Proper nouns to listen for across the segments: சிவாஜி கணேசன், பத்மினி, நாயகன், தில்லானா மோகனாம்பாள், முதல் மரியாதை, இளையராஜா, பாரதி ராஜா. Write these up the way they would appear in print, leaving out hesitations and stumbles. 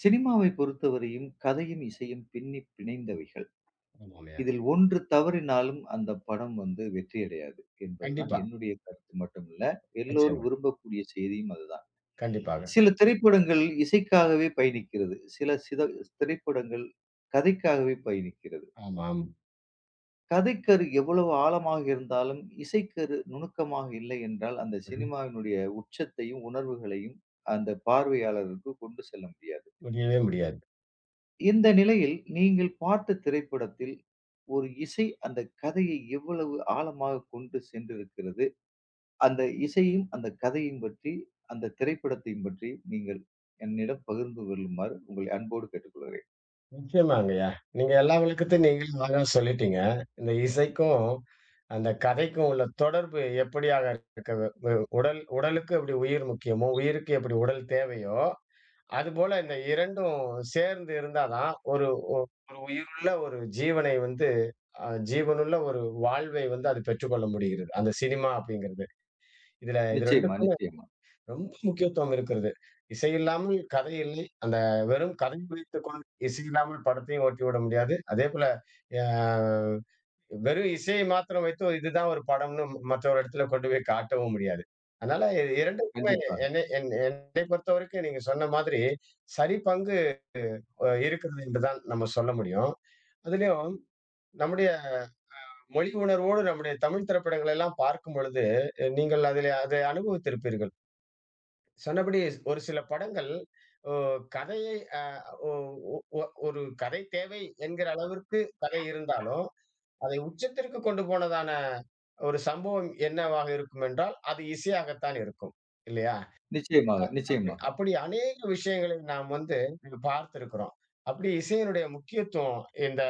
சினிமாவைப் பொறுத்தவரையும் கதையும், இசையும் பின்னிப் பிணைந்தவைகள். ஆமாம்யா. இதில் ஒன்று தவறினாலும் அந்த படம் வந்து வெற்றியடையாது என்பதுதான் கண்டிப்பா. என்னுடைய கருத்து மட்டுமில்ல, எல்லோரும் நிச்சயமா. விரும்பக்கூடிய செய்தியும் அதுதான். கண்டிப்பாக. சில திரைப்படங்கள் இசைக்காகவே பயணிக்கிறது. சில திரைப்படங்கள் கதைக்காகவே பயணிக்கிறது. ஆமாம். கதைக்கரு எவ்வளவு ஆழமாக இருந்தாலும், இசைக்கரு நுணுக்கமாக இல்லை என்றால், அந்த ம்ஹ்ம். சினிமாவினுடைய உச்சத்தையும், உணர்வுகளையும் அந்த பார்வையாளருக்கு கொண்டு செல்ல முடியாது. முடியவே முடியாது. இந்த நிலையில் நீங்கள் பார்த்த திரைப்படத்தில் ஒரு இசை அந்த கதையை எவ்வளவு ஆழமாக கொண்டு சென்றிருக்கிறது? அந்த இசையும், அந்த கதையும் பற்றி, அந்த திரைப்படத்தையும் பற்றி நீங்கள் என்னிடம் பகிர்ந்து கொள்ளுமாறு உங்களை அன்போடு கேட்டுக்கொள்கிறேன். நிச்சயமாங்கய்யா. நீங்க எல்லா விளக்கத்தையும் நீங்களும் அழகா சொல்லிட்டீங்க. இந்த இசைக்கும், அந்த கதைக்கும் உள்ள தொடர்பு எப்படியாக இருக்க வு உடல் உடலுக்கு எப்படி உயிர் முக்கியமோ, உயிருக்கு எப்படி உடல் தேவையோ, அதுபோல இந்த 2ம் சேர்ந்து இருந்தா தான் ஒரு ஒரு உயிருள்ள ஒரு ஜீவனை வந்து ஜீவனுள்ள ஒரு வாழ்வை வந்து அது பெற்றுக்கொள்ள முடிகிறது. அந்த சினிமா அப்படிங்கிறது. இதுல இது நிச்சயமா, 2க்கும் நிச்சயமா. ரொம்ப முக்கியத்துவம் இருக்கிறது. இசை இல்லாமல் கதை இல்லை. அந்த வெறும் கதை வைத்துக்கொண்டு இசை இல்லாமல் படத்தையும் ஓட்டிவிட முடியாது. அதேபோல அ வெறும் இசையை மாத்திரம் வைத்து "ஓ, இதுதான் ஒரு படம்னு மற்றொரு இடத்துல கொண்டு போய் காட்டவும் முடியாது. அதனால இது 2க்குமே கண்டிப்பாக. என்னை பொறுத்தவரைக்கும் நீங்க சொன்ன மாதிரி சரி பங்கு இருக்கிறது என்றுதான் நம்ம சொல்ல முடியும். அதுலயும் நம்முடைய மொழி உணர்வோடு நம்முடைய தமிழ் திரைப்படங்கள் எல்லாம் பார்க்கும் பொழுது, நீங்கள் அதிலே அதை அனுபவித்திருப்பீர்கள். சொன்னபடி ஒரு சில படங்கள் ஓ, கதையை ஒ ஒ ஒ ஒரு கதை தேவை என்கிற அளவிற்கு கதை இருந்தாலும், அதை உச்சத்திற்கு கொண்டு போனதான ஒரு சம்பவம் என்னவாக இருக்கும் என்றால், அது இசையாகத்தான் இருக்கும். இல்லையா? நிச்சயமாக, நிச்சயமாக. அப்படி அநேக விஷயங்களை நாம் வந்து பார்த்திருக்கிறோம். அப்படி இசையினுடைய முக்கியத்துவம் இந்த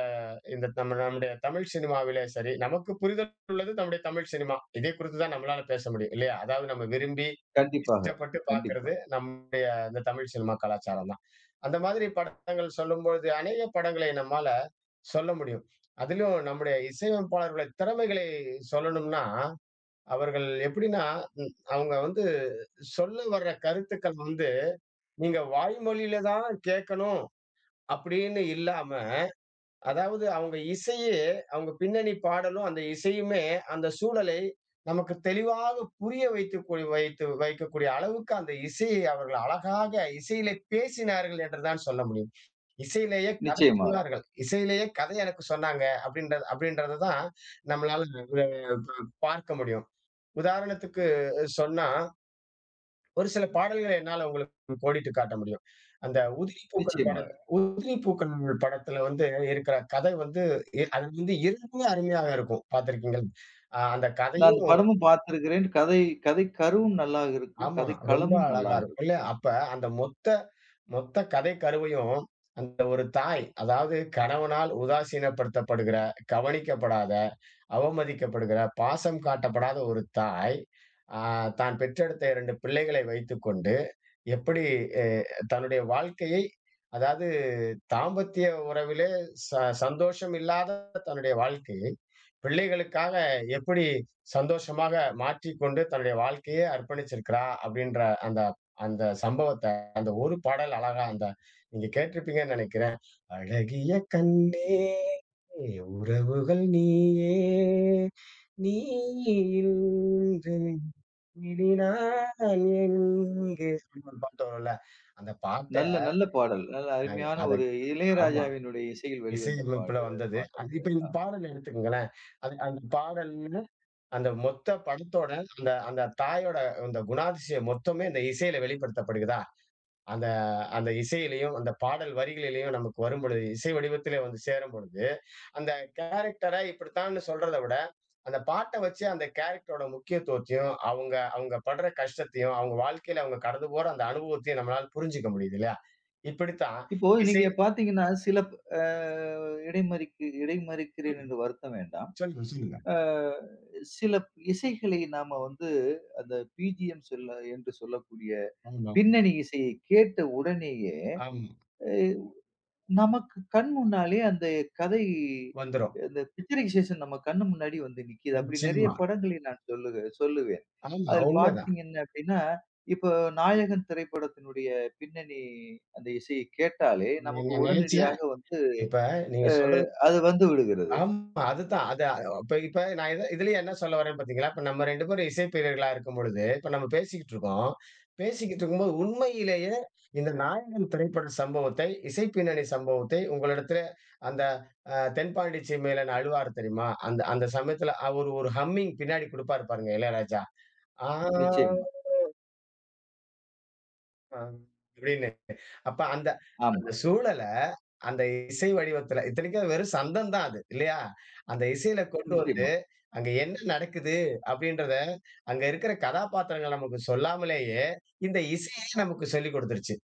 இந்த நம்முடைய தமிழ் சினிமாவிலே சரி, நமக்கு புரிதல் உள்ளது நம்முடைய தமிழ் சினிமா. இதை குறித்து தான் நம்மளால பேச முடியும் இல்லையா? அதாவது நம்ம விரும்பி, கண்டிப்பாக, இஷ்டப்பட்டு கண்டிப்பா. பார்க்கிறது நம்முடைய இந்த தமிழ் சினிமா கலாச்சாரம் தான். அந்த மாதிரி படங்கள் சொல்லும்பொழுது அநேக படங்களை நம்மால சொல்ல முடியும். அதிலும் நம்முடைய இசையமைப்பாளர்களுடைய திறமைகளை சொல்லணும்னா, அவர்கள் எப்படின்னா, அவங்க வந்து சொல்ல வர்ற கருத்துக்கள் வந்து நீங்க வாய்மொழியில தான் கேட்கணும் அப்படின்னு இல்லாம, அதாவது அவங்க இசையே, அவங்க பின்னணி பாடலும், அந்த இசையுமே அந்த சூழலை நமக்கு தெளிவாக புரிய வைத்துக்கு வைத்து வைக்கக்கூடிய அளவுக்கு அந்த இசையை அவர்கள் அழகாக இசையிலே பேசினார்கள் என்று தான் சொல்ல முடியும். இசையிலேயே கதை நிச்சயமாக, சொன்னார்கள். இசையிலேயே கதை எனக்கு சொன்னாங்க அப்படின்றத தான் நம்மளால அ ப பார்க்க முடியும். உதாரணத்துக்கு சொன்னா ஒரு சில பாடல்கள என்னால உங்களுக்கு கோடிட்டு காட்ட முடியும். அந்த உதிரி பூக்கள் நிச்சயமாக. படத் உதிரி பூக்கள் படத்துல வந்து இருக்கிற கதை வந்து, அது வந்து இருந்துமே அருமையாக இருக்கும். பார்த்திருக்கீங்கள். அந்த கதை நான் அந்த படமும் பார்த்திருக்கிறேன். கதை கதை கருவும் நல்லா இருக்கும். ஆமா. கதை ரொம்ப களமும் நல்லா அழகா இருக்கும். இல்ல அப்ப அந்த மொத்த மொத்த கதை கருவையும், அந்த ஒரு தாய் அதாவது கணவனால் உதாசீனப்படுத்தப்படுகிற, கவனிக்கப்படாத, அவமதிக்கப்படுகிற, பாசம் காட்டப்படாத ஒரு தாய், ஆ தான் பெற்றெடுத்த 2 பிள்ளைகளை வைத்துக்கொண்டு, எப்படி எ தன்னுடைய வாழ்க்கையை அதாவது தாம்பத்திய உறவிலே ச சந்தோஷம் இல்லாத தன்னுடைய வாழ்க்கையை, பிள்ளைகளுக்காக எப்படி சந்தோஷமாக மாற்றிக்கொண்டு தன்னுடைய வாழ்க்கையே அர்ப்பணிச்சிருக்கிறா அப்படின்ற அந்த அந்த சம்பவத்த, அந்த ஒரு பாடல் அழகா அந்த நீங்க கேட்டிருப்பீங்கன்னு நினைக்கிறேன். அழகிய கண்ணே, உறவுகள் நீயே, நீ இன்று இனி நான் எங்கு அப்படின்னு ஒரு பாட்டு வரும்ல. அந்த பாட்டு நல்ல நல்ல பாடல். நல்ல அ அருமையான அத ஒரு ஆமா. இளையராஜாவினுடைய இசையில் வெளிவந்த இசையமைப்புல வந்தது. பாடல். அது இப்ப இந்த ஆமா. பாடல் எடுத்துக்கங்களேன். அது அந்த பாடல்ல அந்த மொத்த படத்தோட அந்த அந்த தாயோட அந்த குணாதிசயம் மொத்தமே இந்த இசையில வெளிப்படுத்தப்படுகிறதா? அந்த அந்த இசையிலயும், அந்த பாடல் வரிகளிலயும் நமக்கு வரும்பொழுது, இசை வடிவத்திலே வந்து சேரும்பொழுது, அந்த கேரக்டர இப்படித்தான்னு சொல்றத விட, அந்த பாட்ட வச்சு அந்த கேரக்டரோட முக்கியத்துவத்தையும், அவங்க அவங்க படுற கஷ்டத்தையும், அவங்க வாழ்க்கையில அவங்க கடந்து போற அந்த அனுபவத்தையும் நம்மளால புரிஞ்சுக்க முடியுது இல்லையா? இப்படித்தான் இப்போ இசை நீங்க பார்த்தீங்கன்னா, சில அ இடைமறிக்கிறேன் ம். என்று வருத்தம் வேண்டாம். சொல்லுங்க, சொல்லுங்க. அ சில இசைகளை நாம வந்து அந்த பிஜிஎம் சொல்ல என்று சொல்லக்கூடிய ஆமா. பின்னணி இசையை கேட்ட உடனேயே, ஆமா. அ நமக்கு கண் முன்னாலே அந்த கதை வந்துரும். அந்த பிக்சரைசேஷன் நம்ம கண்ணு முன்னாடி வந்து நிக்கிது. அப்படி நெறைய நிச்சயமா. படங்களை நான் சொல்லுக சொல்லுவேன். ஆமா, அதில் உண்மைதான். பார்த்தீங்கன்னு அப்படின்னா, இப்போ நாயகன் திரைப்படத்தினுடைய பின்னணி அந்த இசையை கேட்டாலே, நமக்கு நான் நினைச்சேன். உடனடியாக வந்து இப்ப நீங்க அ சொல்றது அது வந்துவிடுகிறது. ஆமா. அதுதான். அது இப்ப இப்ப நான் இதுலயே என்ன சொல்ல வரேன்னு பார்த்தீங்களா, இப்ப நம்ம 2 பேரும் இசைப்பிரியர்களா இருக்கும்பொழுது, இப்ப நம்ம பேசிக்கிட்டு இருக்கோம். பேசிக்கிட்டு இருக்கும்போது உண்மையிலேயே இந்த நாயகன் திரைப்பட சம்பவத்தை, இசை பின்னணி சம்பவத்தை உங்களிடத்துல அந்த தென்பாண்டி சீமையிலன் அழுவாரு தெரியுமா? அந்த அந்த சமயத்துல அவரு ஒரு ஹம்மிங் பின்னாடி குடுப்பாரு பாருங்க இளையராஜா. ஆ. நிச்சயமா. அ. அப்படின்னு. அப்ப அந்த அந்த ஆமா. சூழல, அந்த இசை வடிவத்துல இத்தனைக்கும் அது வெறும் சந்தம் தான் அது இல்லையா? அந்த இசையில கொண்டு வந்து, நிச்சயமா. அங்க என்ன நடக்குது அப்படின்றத, அங்க இருக்கிற கதாபாத்திரங்கள் நமக்கு சொல்லாமலேயே, இந்த இசையே நமக்கு சொல்லிக் குடுத்துருச்சு.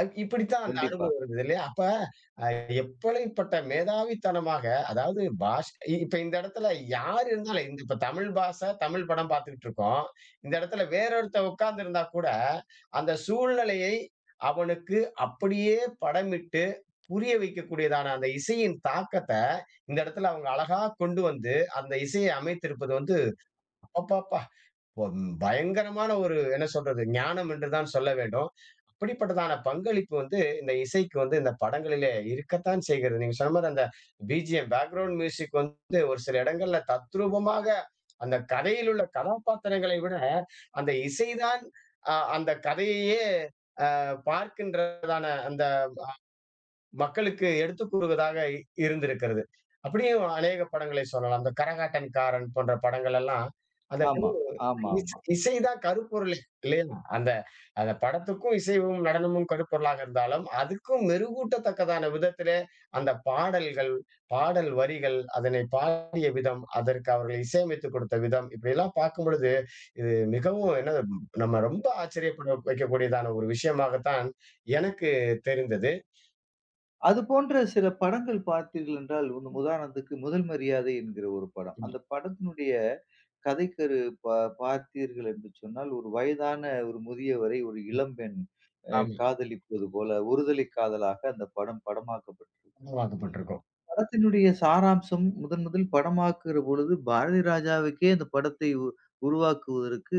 இப்படித்தான் அந்த கண்டிப்பா. அனுபவம் இருந்தது இல்லையா? அப்ப அ எப்படிப்பட்ட மேதாவித்தனமாக அதாவது இப்ப இந்த இடத்துல யார் இருந்தாலும் இந்த இப்ப தமிழ் பாஷை, தமிழ் படம் பார்த்துக்கிட்டு இருக்கோம். இந்த இடத்துல வேற ஒருத்தன் உட்கார்ந்திருந்தா கூட, அந்த சூழ்நிலையை அவனுக்கு அப்படியே படமிட்டு புரிய வைக்கக்கூடியதான அந்த இசையின் தாக்கத்த, இந்த இடத்துல அவங்க அழகா கொண்டு வந்து, அந்த இசையை அமைத்திருப்பது வந்து அப்பப்பா! பயங்கரமான ஒரு என்ன சொல்றது ஞானம் என்றுதான் சொல்ல வேண்டும். அப்படிப்பட்டதான பங்களிப்பு வந்து இந்த இசைக்கு வந்து இந்த படங்களிலே இருக்கத்தான் செய்கிறது. நீங்க சொன்ன மாரி அந்த பிஜிஎம் பேக்கிரவுண்ட் மியூசிக் வந்து ஒரு சில இடங்கள்ல தத்ரூபமாக அந்த கதையில் உள்ள கதாபாத்திரங்களை விட அந்த இசைதான் அந்த கதையையே பார்க்கின்றதான அந்த மக்களுக்கு எடுத்துக் கூறுவதாக இருந்திருக்கிறது. அப்படியும் அநேக படங்களை சொல்லலாம். அந்த கரகாட்டன்காரன் போன்ற படங்கள் எல்லாம் அந்த ஆமா, ஆமா, ஆமா. இசை தான் கருப்பொருளே இல்லையா? அந்த அந்த படத்துக்கும் இசைவும், நடனமும் கருப்பொருளாக இருந்தாலும், அதுக்கும் மெருகூட்டத்தக்கதான விதத்திலே அந்த பாடல்கள், பாடல் வரிகள், அதனை பாடிய விதம், அதற்கு அவர்கள் இசையமைத்துக் கொடுத்த விதம், இப்படியெல்லாம் பார்க்கும்பொழுது, இது மிகவும் என்னது நம்ம ரொம்ப ஆச்சரியப்பட வைக்கக்கூடியதான ஒரு விஷயமாகத்தான் எனக்கு தெரிந்தது. அது போன்ற சில படங்கள் பார்த்தீர்கள் என்றால், உதாரணத்துக்கு முதல் மரியாதை என்கிற ஒரு படம். ம், அந்த படத்தினுடைய கதைக்கரு பா பார்த்தீர்கள் என்று சொன்னால், ஒரு வயதான ஒரு முதியவரை ஒரு ம். இளம்பெண் அ ஆமா. காதலிப்பது போல, ஒருதலை காதலாக அந்த படம் படமாக்கப்பட்டிருக்கும். உருவாக்கப்பட்டிருக்கும். படத்தினுடைய சாராம்சம் முதன் முதல் படமாக்குற பொழுது, பாரதி ராஜாவுக்கே அந்த படத்தை உருவாக்குவதற்கு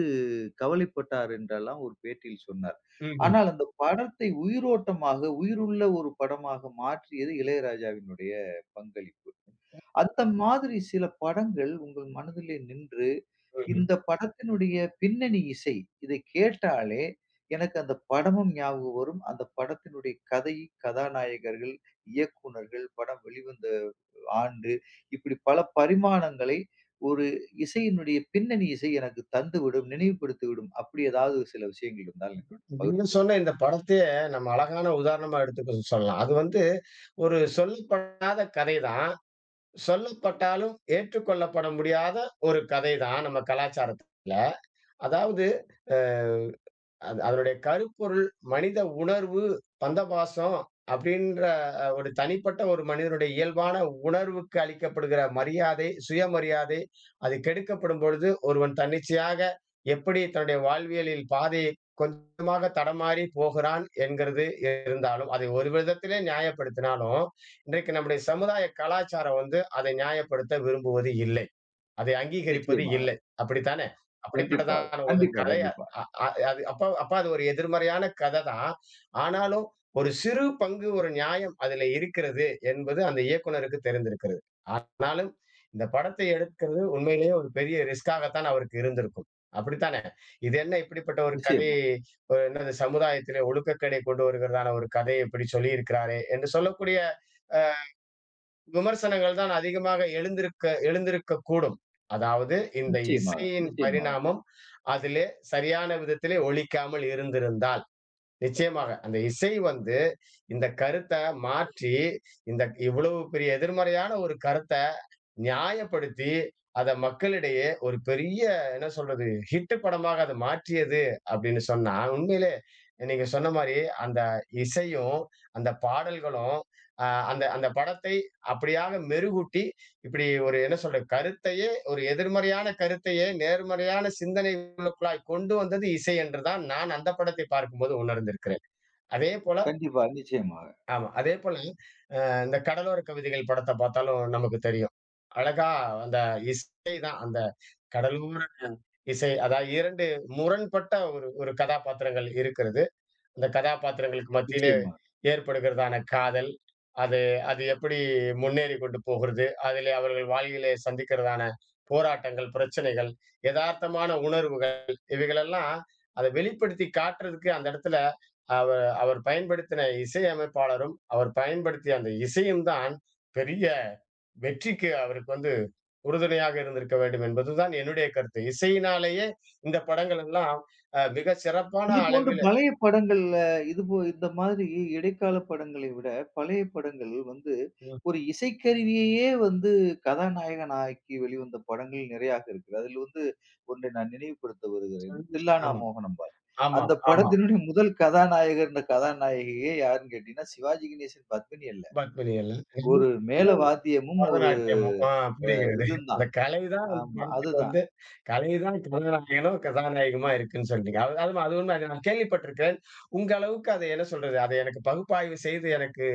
கவலைப்பட்டார் என்றெல்லாம் ஒரு பேட்டியில் சொன்னார். ம்ஹ்ம். ஆனால் அந்த படத்தை உயிரோட்டமாக, உயிருள்ள ஒரு படமாக மாற்றியது இளையராஜாவினுடைய பங்களிப்பு. அந்த மாதிரி சில படங்கள் உங்கள் மனதிலே நின்று, ம்ஹ்ம். இந்த படத்தினுடைய பின்னணி இசை, இதை கேட்டாலே எனக்கு அந்த படமும் ஞாபகம் வரும். அந்த படத்தினுடைய கதை, கதாநாயகர்கள், இயக்குனர்கள், படம் வெளிவந்த ஆண்டு, இப்படி பல பரிமாணங்களை ஒரு இசையினுடைய பின்னணி இசை எனக்கு தந்துவிடும், நினைவுபடுத்திவிடும். அப்படி ஏதாவது சில விஷயங்கள் இருந்தால் என்னோடு நீங்க பகிர்ந்து சொன்ன கொள்ளுங்கள். இந்த படத்தையே நம்ம அழகான உதாரணமா எடுத்துக்க சொல்லலாம். அது வந்து ஒரு சொல்லப்படாத கதைதான். சொல்லப்பட்டாலும் ஏற்றுக்கொள்ளப்பட முடியாத ஒரு கதைதான் நம்ம கலாச்சாரத்துல. அதாவது அ அது அதனுடைய கருப்பொருள் மனித உணர்வு, பந்தபாசம் அப்படின்ற ஒரு தனிப்பட்ட ஒரு மனிதனுடைய இயல்பான உணர்வுக்கு அளிக்கப்படுகிற மரியாதை, சுயமரியாதை, அது கெடுக்கப்படும் பொழுது ஒருவன் தன்னிச்சையாக எப்படி தன்னுடைய வாழ்வியலில் பாதையை கொஞ்சமாக தடமாறி போகிறான் என்கிறது இருந்தாலும், அதை ஒரு விதத்திலே நியாயப்படுத்தினாலும், இன்றைக்கு நம்முடைய சமுதாய கலாச்சாரம் வந்து அதை நியாயப்படுத்த விரும்புவது இல்லை. அதை அங்கீகரிப்பது நிச்சயமாக. இல்லை. அப்படித்தானே? கண்டிப்பாக. அப்படிப்பட்டதான ஒரு கண்டிப்பா, கதை அ கண்டிப்பா. அ அது அப்ப அப்ப அது ஒரு எதிர்மறையான கதை தான். ஆனாலும் ஒரு சிறு பங்கு ஒரு நியாயம் அதில இருக்கிறது என்பது அந்த இயக்குனருக்கு தெரிந்திருக்கிறது. ஆனாலும் இந்த படத்தை எடுக்கிறது உண்மையிலேயே ஒரு பெரிய ரிஸ்க்காகத்தான் அவருக்கு இருந்திருக்கும். அப்படித்தானே? இது என்ன இப்படிப்பட்ட ஒரு கதை நிச்சயமா, என்னது சமுதாயத்திலே ஒழுக்கக்கேடை கொண்டு வருகிறதான ஒரு கதை இப்படி சொல்லியிருக்கிறாரே! என்று சொல்லக்கூடிய அ விமர்சனங்கள் தான் அதிகமாக எழுந்திருக்கக்கூடும். அதாவது இந்த நிச்சயமாக, இசையின் நிச்சயமாக. பரிணாமம் அதிலே சரியான விதத்திலே ஒலிக்காமல் இருந்திருந்தால், நிச்சயமாக அந்த இசை வந்து இந்த கருத்த மாற்றி, இந்த இவ்வளவு பெரிய எதிர்மறையான ஒரு கருத்த நியாயப்படுத்தி, அத மக்களிடையே ஒரு பெரிய என்ன சொல்றது? ஹிட் படமாக அத மாற்றியது அப்படின்னு சொன்னா, உண்மையிலே நீங்க சொன்ன மாரி அந்த இசையும், அந்த பாடல்களும், அ அந்த அந்த படத்தை அப்படியாக மெருகூட்டி, இப்படி ஒரு என்ன சொல்றது? கருத்தையே ஒரு எதிர்மறையான கருத்தையே நேர்மறையான சிந்தனைகளுக்குள்ளாய் கொண்டு வந்தது இசை என்று தான் நான் அந்த படத்தை பார்க்கும்போது உணர்ந்திருக்கிறேன். அதேபோல கண்டிப்பா, நிச்சயமாக, ஆமா. அதேபோல அ இந்த கடலோர கவிதைகள் படத்த பார்த்தாலும் நமக்கு தெரியும். அழகா அந்த இசை தான் அந்த கடலோர இசை. அதாவது 2 முரண்பட்ட ஒரு ஒரு கதாபாத்திரங்கள் இருக்கிறது. இந்த கதாபாத்திரங்களுக்கு மத்தியிலே நிச்சயமா. ஏற்படுகிறதான காதல், அது அது எப்படி முன்னேறிக் கொண்டு போகிறது, அதிலே அவர்கள் வாழ்விலே சந்திக்கிறதான போராட்டங்கள், பிரச்சனைகள், எதார்த்தமான உணர்வுகள் இவைகளெல்லாம் அத வெளிப்படுத்தி காட்டுறதுக்கு அந்த இடத்துல அவ அவர் பயன்படுத்தின இசையமைப்பாளரும், அவர் பயன்படுத்திய அந்த இசையும் தான் பெரிய வெற்றிக்கு அவருக்கு வந்து உறுதுணையாக இருந்திருக்க வேண்டும் என்பதுதான் என்னுடைய கருத்து. இசையினாலேயே இந்த படங்கள் எல்லாம் மிக சிறப்பான இது போன்ற அளவிலே பழைய படங்கள்ல, இது போ இந்த மாதிரி இடைக்கால படங்களை விட, பழைய படங்கள் வந்து ஒரு இசைக்கருவியையே வந்து கதாநாயகன் ஆக்கி வெளிவந்த படங்கள் நிறையாக இருக்குது. அதில் வந்து ஒன்றை நான் நினைவுபடுத்த வருகிறேன். தில்லானா ஆமா, மோகனாம்பாள். ஆமாம், அந்த ஆமாம். படத்தினுடைய முதல் கதாநாயகர் இந்த கதாநாயகியே யாருன்னு கேட்டீங்கன்னா, சிவாஜி கணேசன், பத்மினி அல்ல. பாக்பனியல்ல. ஒரு மேள வாத்தியமும் ஒரு பரதநாட்டியமும். புரிகிறது. இதும் அந்த தான். கலை தான் அந்த ஆமா, படத்துக்கு அதுதான். வந்து கலை தான் கதாநாயகனோ, கதாநாயகமா இருக்குன்னு சொல்றீங்க. அதுவும் அது உண்ம. அத நான் கேள்விப்பட்டிருக்கிறேன். உங்க அளவுக்கு அத என்ன சொல்றது? அத எனக்கு பகுப்பாய்வு செய்து எனக்கு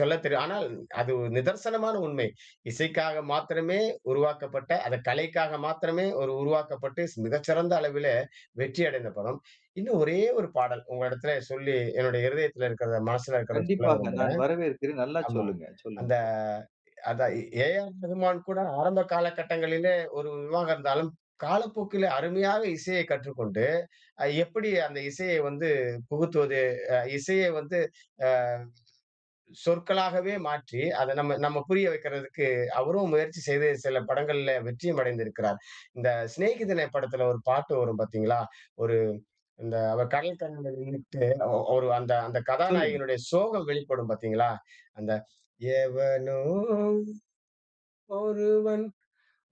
சொல்லத் தெரியும். ஆனால் அது ஒரு நிதர்சனமான உண்மை. இசைக்காக மாத்திரமே உருவாக்கப்பட்ட, அது கலைக்காக மாத்திரமே ஒரு உருவாக்கப்பட்டு மிகச்சிறந்த அளவிலே வெற்றி அடைந்த படம். இன்னும் ஒரே ஒரு பாடல் உங்க இடத்துல சொல்லி என்னுடைய இருதயத்துல இருக்கிறத, மனசுல இருக்கிறத சொல்ல கண்டிப்பாக நான் விரும்புறேன். வரவேற்கிறேன். நல்லா ஆமா. சொல்லுங்க. சொல்லுங்க, அந்த சொல்லுங்க. அதான் ஏ.ஆர். ரகுமான் கூட ஆரம்ப காலகட்டங்களிலே ஒரு இதுவாக இருந்தாலும், காலப்போக்கிலே அருமையாக இசையை கற்றுக்கொண்டு, எப்படி அந்த இசையை வந்து புகுத்துவது, இசையை வந்து அ சொற்களாகவே மாற்றி அத நம்ம நம்ம புரிய வைக்கிறதுக்கு அவரும் முயற்சி செய்து சில படங்கள்ல வெற்றியும் அடைந்திருக்கிறார். இந்த சிநேகிதனே படத்துல ஒரு பாட்டு வரும் பார்த்தீங்களா? ஒரு இந்த அவர் கடல் கரையில நின்னுட்டு ஒரு அந்த அந்த சொல்லுங்க. கதாநாயகனுடைய சோகம் வெளிப்படும் பார்த்தீங்களா? அந்த எவனோ ஒருவன்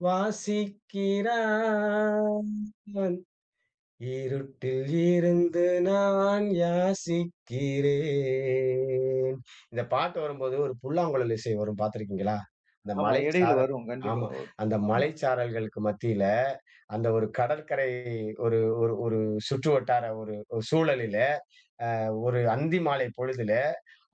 வாசிக்கிறான் இருட்டில் இருந்து நான் யாசிக்கிறேன். இந்த பாட்டு வரும்போது ஒரு புல்லாங்குழல் இசை வரும் பார்த்திருக்கீங்களா? அந்த ஆமா. இடையில மலைச்சாரல் வரும். கண்டிப்பா ஆமா. வரும். அந்த ஆமா. மலைச்சாரல்களுக்கு மத்தியில, அந்த ஒரு கடற்கரை ஒரு ஒரு ஒரு சுற்றுவட்டார ஒரு சூழலிலே ஒரு அந்தி மாலை பொழுதில,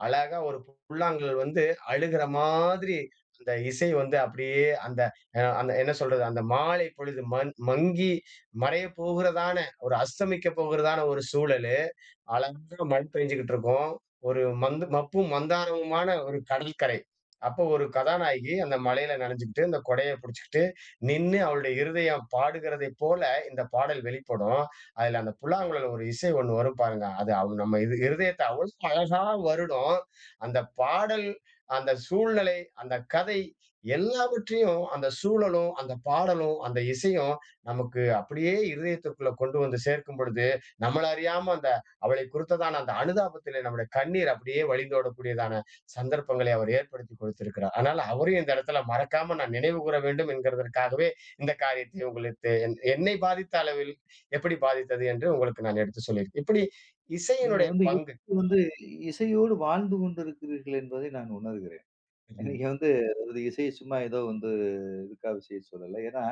அழகா ஒரு புல்லாங்குழல் வந்து அழுகிற மாதிரி அந்த இசை வந்து அப்படியே அந்த அந்த என்ன சொல்றது? அந்த மாலை பொழுது மங்கி மறையப் போகிறதான, ஒரு அஸ்தமிக்கப் போகிறதான ஒரு சூழலு. அழகா மழை பெய்ஞ்சுகிட்டு இருக்கும். ஒரு மந்து மப்பும் மந்தாரமுமான ஒரு கடற்கரை. அப்போ ஒரு கதாநாயகி அந்த மழையில நனைஞ்சுகிட்டு, அந்த கொடைய புடிச்சுக்கிட்டு நின்னு அவளுடைய இருதயம் பாடுகிறதைப் போல இந்த பாடல் வெளிப்படும். அதுல அந்த புல்லாங்குழல் ஒரு இசை ஒண்ணு வரும் பாருங்க. அது நம்ம இது இருதயத்த அவ்வளோ அழகா வருடும். அந்த பாடல், அந்த சூழ்நிலை, அந்த கதை எல்லாவற்றையும் அந்த சூழலும், அந்த பாடலும், அந்த இசையும் நமக்கு அப்படியே இருதயத்திற்குள்ள கொண்டு வந்து சேர்க்கும் பொழுது, நம்மள அறியாம அந்த அவளை குறித்ததான அந்த அனுதாபத்திலே நம்முடைய கண்ணீர் அப்படியே வழிந்தோடக்கூடியதான சந்தர்ப்பங்களை அவர் ஏற்படுத்தி கொடுத்திருக்கிறார். அதனால அவரையும் இந்த இடத்துல மறக்காம நான் நினைவுகூர வேண்டும் என்கிறதற்காகவே இந்த காரியத்தை உங்களுக்கு என்னை பாதித்த அளவில் எப்படி பாதித்தது என்று உங்களுக்கு நான் எடுத்து சொல்லியிருக்கேன். இப்படி நீங்க இசையினுடைய வந்து பங்கு இப்ப வந்து இசையோடு வாழ்ந்து கொண்டிருக்கிறீர்கள் என்பதை நான் உணர்கிறேன். ம். நீங்க வந்து அது இசைய சும்மா ஏதோ வந்து இதுக்காக இசைய சொல்லல. ஏன்னா,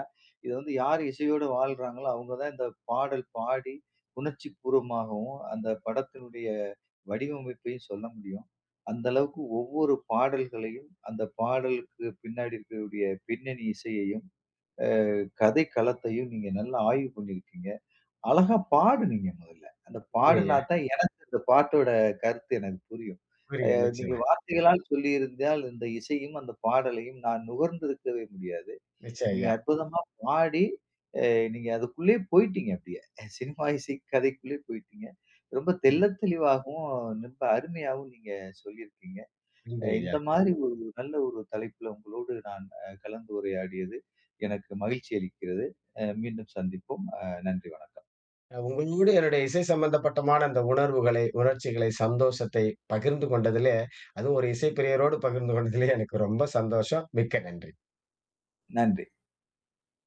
இது வந்து யார் இசையோடு வாழ்றாங்களோ, அவங்க தான் இந்த பாடல் பாடி உணர்ச்சி பூர்வமாகவும், அந்த படத்தினுடைய வடிவமைப்பையும் சொல்ல முடியும். அந்த அளவுக்கு ஒவ்வொரு பாடல்களையும், அந்த பாடலுக்கு பின்னாடி இருக்கக்கூடிய பின்னணி இசையையும், கதை களத்தையும் நீங்க நல்லா ஆய்வு பண்ணியிருக்கீங்க. அழகா பாடுனீங்க முதல்ல. அந்த நன்றி பாடுனா ஐயா. தான் எனக்கு இந்த பாட்டோட கருத்து எனக்கு புரியும். புரியும் நீங்க நிச்சயமா. வார்த்தைகளால் சொல்லியிருந்தால் இந்த இசையும், அந்த பாடலையும் நான் நுகர்ந்திருக்கவே முடியாது. நிச்சயம் நீங்க ஐயா. அற்புதமா பாடி, அ நீங்க அதுக்குள்ளேயே போயிட்டீங்க அப்படியே. சினிமா இசை கதைக்குள்ளேயே போயிட்டீங்க. ரொம்ப நன்றி. தெள்ளத் தெளிவாகவும், ரொம்ப அருமையாவும் நீங்க சொல்லியிருக்கீங்க. நன்றி ஐயா. இந்த மாதிரி ஒரு நல்ல ஒரு தலைப்புல உங்களோடு நான் கலந்து உரையாடியது எனக்கு மகிழ்ச்சி அளிக்கிறது. மீண்டும் சந்திப்போம். நன்றி, வணக்கம். உங்களோடு என்னுடைய இசை சம்பந்தப்பட்டமான அந்த உணர்வுகளை, உணர்ச்சிகளை, சந்தோஷத்தை பகிர்ந்து கொண்டதிலே, அதுவும் ஒரு இசை பிரியரோடு பகிர்ந்து கொண்டதிலே எனக்கு ரொம்ப சந்தோஷம். மிக்க நன்றி. நன்றி.